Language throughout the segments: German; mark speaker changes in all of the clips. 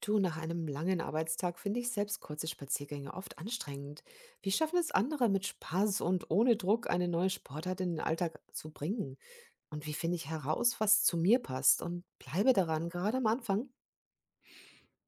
Speaker 1: Du, nach einem langen Arbeitstag finde ich selbst kurze Spaziergänge oft anstrengend. Wie schaffen es andere mit Spaß und ohne Druck eine neue Sportart in den Alltag zu bringen? Und wie finde ich heraus, was zu mir passt und bleibe daran, gerade am Anfang?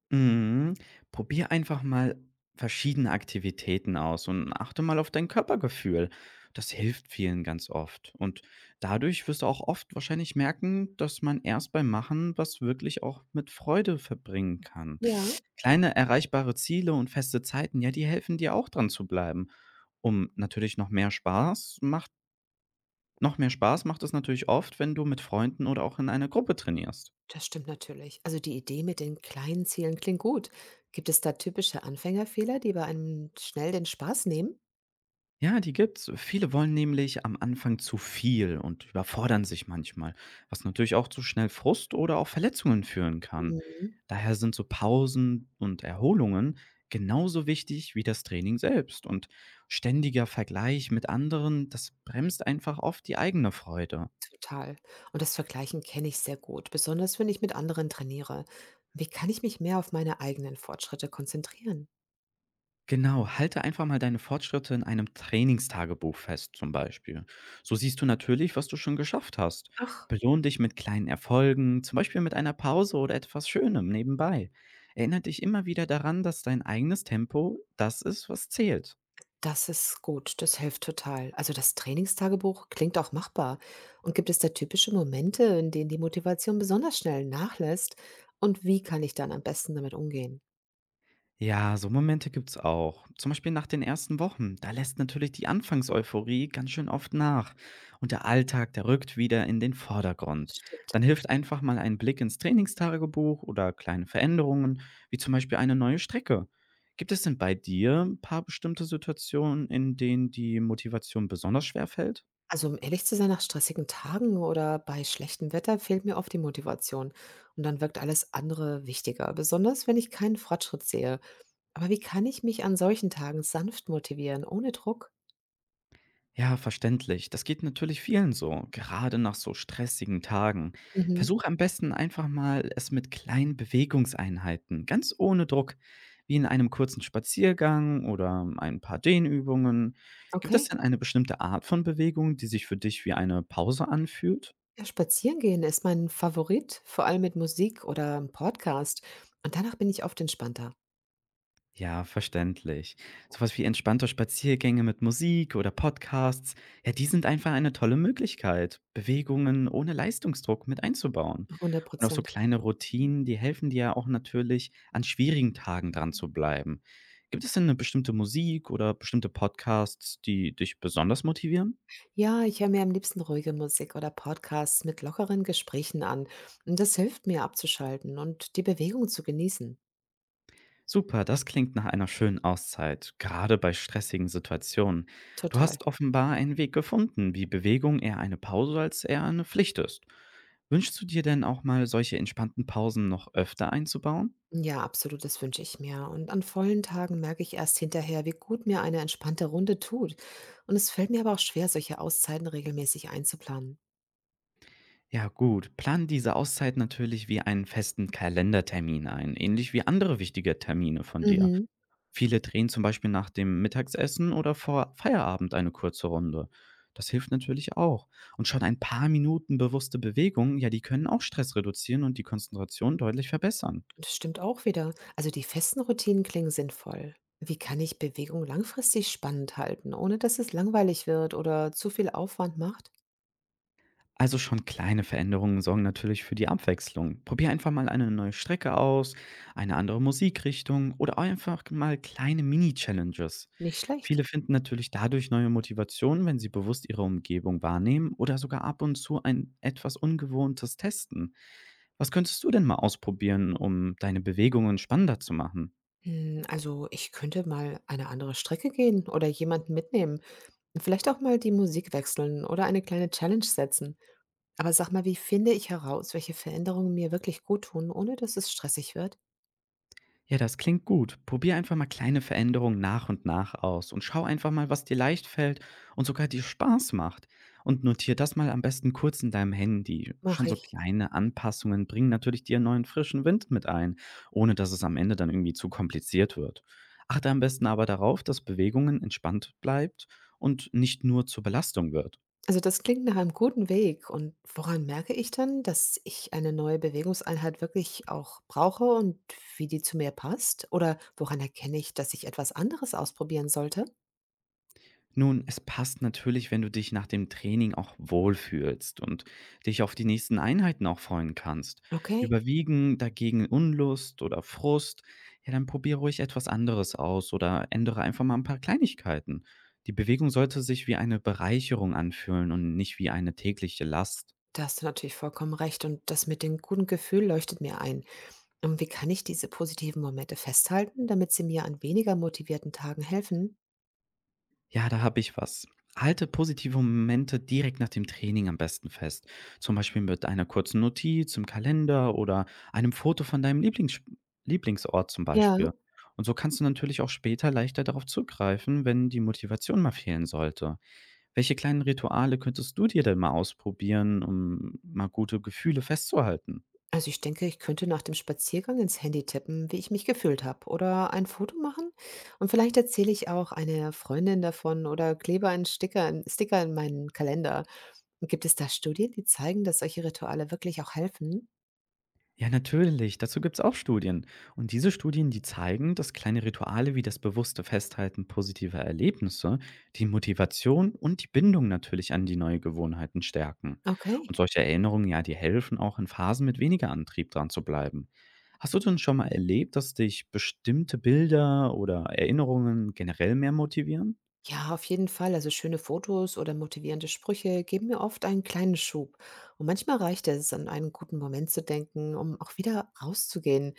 Speaker 2: Mhm. Probier einfach mal verschiedene Aktivitäten aus und achte mal auf dein Körpergefühl. Das hilft vielen ganz oft. Und dadurch wirst du auch oft wahrscheinlich merken, dass man erst beim Machen was wirklich auch mit Freude verbringen kann.
Speaker 1: Ja,
Speaker 2: Kleine erreichbare Ziele und feste Zeiten, ja, die helfen dir auch dran zu bleiben. Um natürlich noch mehr Spaß macht, noch mehr Spaß macht es natürlich oft, wenn du mit Freunden oder auch in einer Gruppe trainierst.
Speaker 1: das stimmt natürlich. Also die Idee mit den kleinen Zielen klingt gut. Gibt es da typische Anfängerfehler, die bei einem schnell den Spaß nehmen?
Speaker 2: Ja, die gibt's. Viele wollen nämlich am Anfang zu viel und überfordern sich manchmal, was natürlich auch zu schnell Frust oder auch Verletzungen führen kann.
Speaker 1: Mhm.
Speaker 2: Daher sind so Pausen und Erholungen genauso wichtig wie das Training selbst. Und ständiger Vergleich mit anderen, das bremst einfach oft die eigene Freude.
Speaker 1: Total. Und das Vergleichen kenne ich sehr gut, besonders wenn ich mit anderen trainiere. Wie kann ich mich mehr auf meine eigenen Fortschritte konzentrieren?
Speaker 2: Genau, halte einfach mal deine Fortschritte in einem Trainingstagebuch fest, zum Beispiel. So siehst du natürlich, was du schon geschafft hast.
Speaker 1: Ach.
Speaker 2: Belohn dich mit kleinen Erfolgen, zum Beispiel mit einer Pause oder etwas Schönem nebenbei. Erinnere dich immer wieder daran, dass dein eigenes Tempo das ist, was zählt.
Speaker 1: Das ist gut, das hilft total. Also das Trainingstagebuch klingt auch machbar. Und gibt es da typische Momente, in denen die Motivation besonders schnell nachlässt? Und wie kann ich dann am besten damit umgehen?
Speaker 2: Ja, so Momente gibt's auch. Zum Beispiel nach den ersten Wochen. Da lässt natürlich die Anfangseuphorie ganz schön oft nach. Und der Alltag, der rückt wieder in den Vordergrund.
Speaker 1: Stimmt.
Speaker 2: Dann hilft einfach mal ein Blick ins Trainingstagebuch oder kleine Veränderungen, wie zum Beispiel eine neue Strecke. Gibt es denn bei dir ein paar bestimmte Situationen, in denen die Motivation besonders schwer fällt?
Speaker 1: Also um ehrlich zu sein, nach stressigen Tagen oder bei schlechtem Wetter fehlt mir oft die Motivation. Und dann wirkt alles andere wichtiger, besonders wenn ich keinen Fortschritt sehe. Aber wie kann ich mich an solchen Tagen sanft motivieren, ohne Druck?
Speaker 2: Ja, verständlich. Das geht natürlich vielen so, gerade nach so stressigen Tagen.
Speaker 1: Mhm.
Speaker 2: Versuch am besten einfach mal es mit kleinen Bewegungseinheiten, ganz ohne Druck, wie in einem kurzen Spaziergang oder ein paar Dehnübungen. Gibt es
Speaker 1: Okay.
Speaker 2: denn eine bestimmte Art von Bewegung, die sich für dich wie eine Pause anfühlt?
Speaker 1: Ja, spazieren gehen ist mein Favorit, vor allem mit Musik oder 'm Podcast. Und danach bin ich oft entspannter.
Speaker 2: Ja, verständlich. Sowas wie entspannte Spaziergänge mit Musik oder Podcasts, ja, die sind einfach eine tolle Möglichkeit, Bewegungen ohne Leistungsdruck mit einzubauen.
Speaker 1: Hundert
Speaker 2: Und auch so
Speaker 1: Prozent.
Speaker 2: kleine Routinen, die helfen dir ja auch natürlich, an schwierigen Tagen dran zu bleiben. Gibt es denn eine bestimmte Musik oder bestimmte Podcasts, die dich besonders motivieren?
Speaker 1: Ja, ich höre mir am liebsten ruhige Musik oder Podcasts mit lockeren Gesprächen an. Und das hilft mir abzuschalten und die Bewegung zu genießen.
Speaker 2: Super, das klingt nach einer schönen Auszeit, gerade bei stressigen Situationen. Du
Speaker 1: Total.
Speaker 2: hast offenbar einen Weg gefunden, wie Bewegung eher eine Pause als eher eine Pflicht ist. Wünschst du dir denn auch mal solche entspannten Pausen noch öfter einzubauen?
Speaker 1: Ja, absolut, das wünsche ich mir. Und an vollen Tagen merke ich erst hinterher, wie gut mir eine entspannte Runde tut. Und es fällt mir aber auch schwer, solche Auszeiten regelmäßig einzuplanen.
Speaker 2: Ja gut, plan diese Auszeit natürlich wie einen festen Kalendertermin ein, ähnlich wie andere wichtige Termine von dir.
Speaker 1: Mhm.
Speaker 2: Viele drehen zum Beispiel nach dem Mittagessen oder vor Feierabend eine kurze Runde. Das hilft natürlich auch. Und schon ein paar Minuten bewusste Bewegung, ja, die können auch Stress reduzieren und die Konzentration deutlich verbessern.
Speaker 1: Das stimmt auch wieder. Also die festen Routinen klingen sinnvoll. Wie kann ich Bewegung langfristig spannend halten, ohne dass es langweilig wird oder zu viel Aufwand macht?
Speaker 2: Also schon kleine Veränderungen sorgen natürlich für die Abwechslung. Probier einfach mal eine neue Strecke aus, eine andere Musikrichtung oder auch einfach mal kleine Mini-Challenges.
Speaker 1: Nicht schlecht.
Speaker 2: Viele finden natürlich dadurch neue Motivationen, wenn sie bewusst ihre Umgebung wahrnehmen oder sogar ab und zu ein etwas Ungewohntes testen. Was könntest du denn mal ausprobieren, um deine Bewegungen spannender zu machen?
Speaker 1: Also ich könnte mal eine andere Strecke gehen oder jemanden mitnehmen. Vielleicht auch mal die Musik wechseln oder eine kleine Challenge setzen. Aber sag mal, wie finde ich heraus, welche Veränderungen mir wirklich gut tun, ohne dass es stressig wird?
Speaker 2: Ja, das klingt gut. Probier einfach mal kleine Veränderungen nach und nach aus und schau einfach mal, was dir leicht fällt und sogar dir Spaß macht. Und notier das mal am besten kurz in deinem Handy. Schon
Speaker 1: Mache
Speaker 2: so
Speaker 1: ich.
Speaker 2: kleine Anpassungen bringen natürlich dir neuen frischen Wind mit ein, ohne dass es am Ende dann irgendwie zu kompliziert wird. Achte am besten aber darauf, dass Bewegungen entspannt bleibt und nicht nur zur Belastung wird.
Speaker 1: Also das klingt nach einem guten Weg. Und woran merke ich dann, dass ich eine neue Bewegungseinheit wirklich auch brauche und wie die zu mir passt? Oder woran erkenne ich, dass ich etwas anderes ausprobieren sollte?
Speaker 2: Nun, es passt natürlich, wenn du dich nach dem Training auch wohlfühlst und dich auf die nächsten Einheiten auch freuen kannst.
Speaker 1: Okay,
Speaker 2: Überwiegen dagegen Unlust oder Frust, ja, dann probiere ruhig etwas anderes aus oder ändere einfach mal ein paar Kleinigkeiten. Die Bewegung sollte sich wie eine Bereicherung anfühlen und nicht wie eine tägliche Last.
Speaker 1: da hast du natürlich vollkommen recht. Und das mit dem guten Gefühl leuchtet mir ein. Und wie kann ich diese positiven Momente festhalten, damit sie mir an weniger motivierten Tagen helfen?
Speaker 2: Ja, da habe ich was. Halte positive Momente direkt nach dem Training am besten fest. Zum Beispiel mit einer kurzen Notiz im Kalender oder einem Foto von deinem Lieblingsort zum
Speaker 1: Ja.
Speaker 2: Beispiel. Und so kannst du natürlich auch später leichter darauf zugreifen, wenn die Motivation mal fehlen sollte. Welche kleinen Rituale könntest du dir denn mal ausprobieren, um mal gute Gefühle festzuhalten?
Speaker 1: Also ich denke, ich könnte nach dem Spaziergang ins Handy tippen, wie ich mich gefühlt habe oder ein Foto machen und vielleicht erzähle ich auch einer Freundin davon oder klebe einen Sticker in meinen Kalender. Gibt es da Studien, die zeigen, dass solche Rituale wirklich auch helfen?
Speaker 2: Ja, natürlich. Dazu gibt's auch Studien. Und diese Studien, die zeigen, dass kleine Rituale wie das bewusste Festhalten positiver Erlebnisse die Motivation und die Bindung natürlich an die neue Gewohnheiten stärken. Und
Speaker 1: Okay.
Speaker 2: solche Erinnerungen, ja, die helfen auch in Phasen mit weniger Antrieb dran zu bleiben. Hast du denn schon mal erlebt, dass dich bestimmte Bilder oder Erinnerungen generell mehr motivieren?
Speaker 1: Ja, auf jeden Fall. Also schöne Fotos oder motivierende Sprüche geben mir oft einen kleinen Schub. Und manchmal reicht es, an einen guten Moment zu denken, um auch wieder rauszugehen.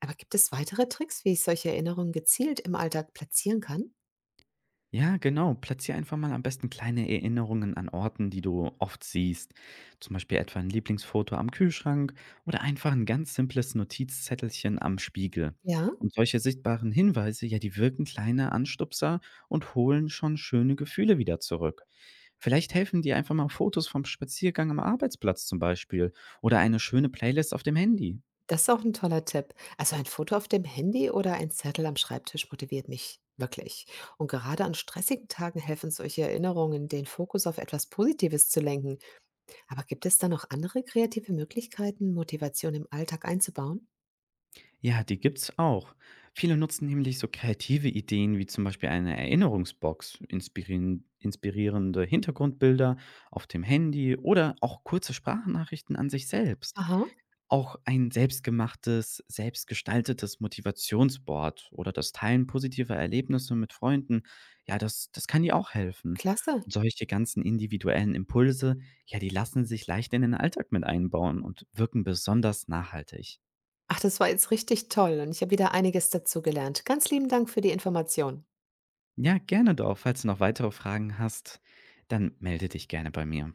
Speaker 1: Aber gibt es weitere Tricks, wie ich solche Erinnerungen gezielt im Alltag platzieren kann?
Speaker 2: Ja, genau. Platziere einfach mal am besten kleine Erinnerungen an Orten, die du oft siehst. Zum Beispiel etwa ein Lieblingsfoto am Kühlschrank oder einfach ein ganz simples Notizzettelchen am Spiegel.
Speaker 1: Ja.
Speaker 2: Und solche sichtbaren Hinweise, ja, die wirken kleine Anstupser und holen schon schöne Gefühle wieder zurück. Vielleicht helfen dir einfach mal Fotos vom Spaziergang am Arbeitsplatz zum Beispiel oder eine schöne Playlist auf dem Handy.
Speaker 1: Das ist auch 'n toller Tipp. Also, ein Foto auf dem Handy oder ein Zettel am Schreibtisch motiviert mich wirklich. Und gerade an stressigen Tagen helfen solche Erinnerungen, den Fokus auf etwas Positives zu lenken. Aber gibt es da noch andere kreative Möglichkeiten, Motivation im Alltag einzubauen?
Speaker 2: Ja, die gibt's auch. Viele nutzen nämlich so kreative Ideen wie zum Beispiel eine Erinnerungsbox, inspirierende Hintergrundbilder auf dem Handy oder auch kurze Sprachnachrichten an sich selbst.
Speaker 1: Aha,
Speaker 2: Auch ein selbstgestaltetes Motivationsboard oder das Teilen positiver Erlebnisse mit Freunden, ja, das kann dir auch helfen.
Speaker 1: klasse.
Speaker 2: Und solche ganzen individuellen Impulse, ja, die lassen sich leicht in den Alltag mit einbauen und wirken besonders nachhaltig.
Speaker 1: Ach, das war jetzt richtig toll und ich habe wieder einiges dazu gelernt. Ganz lieben Dank für die Information.
Speaker 2: Ja, gerne doch. Falls du noch weitere Fragen hast, dann melde dich gerne bei mir.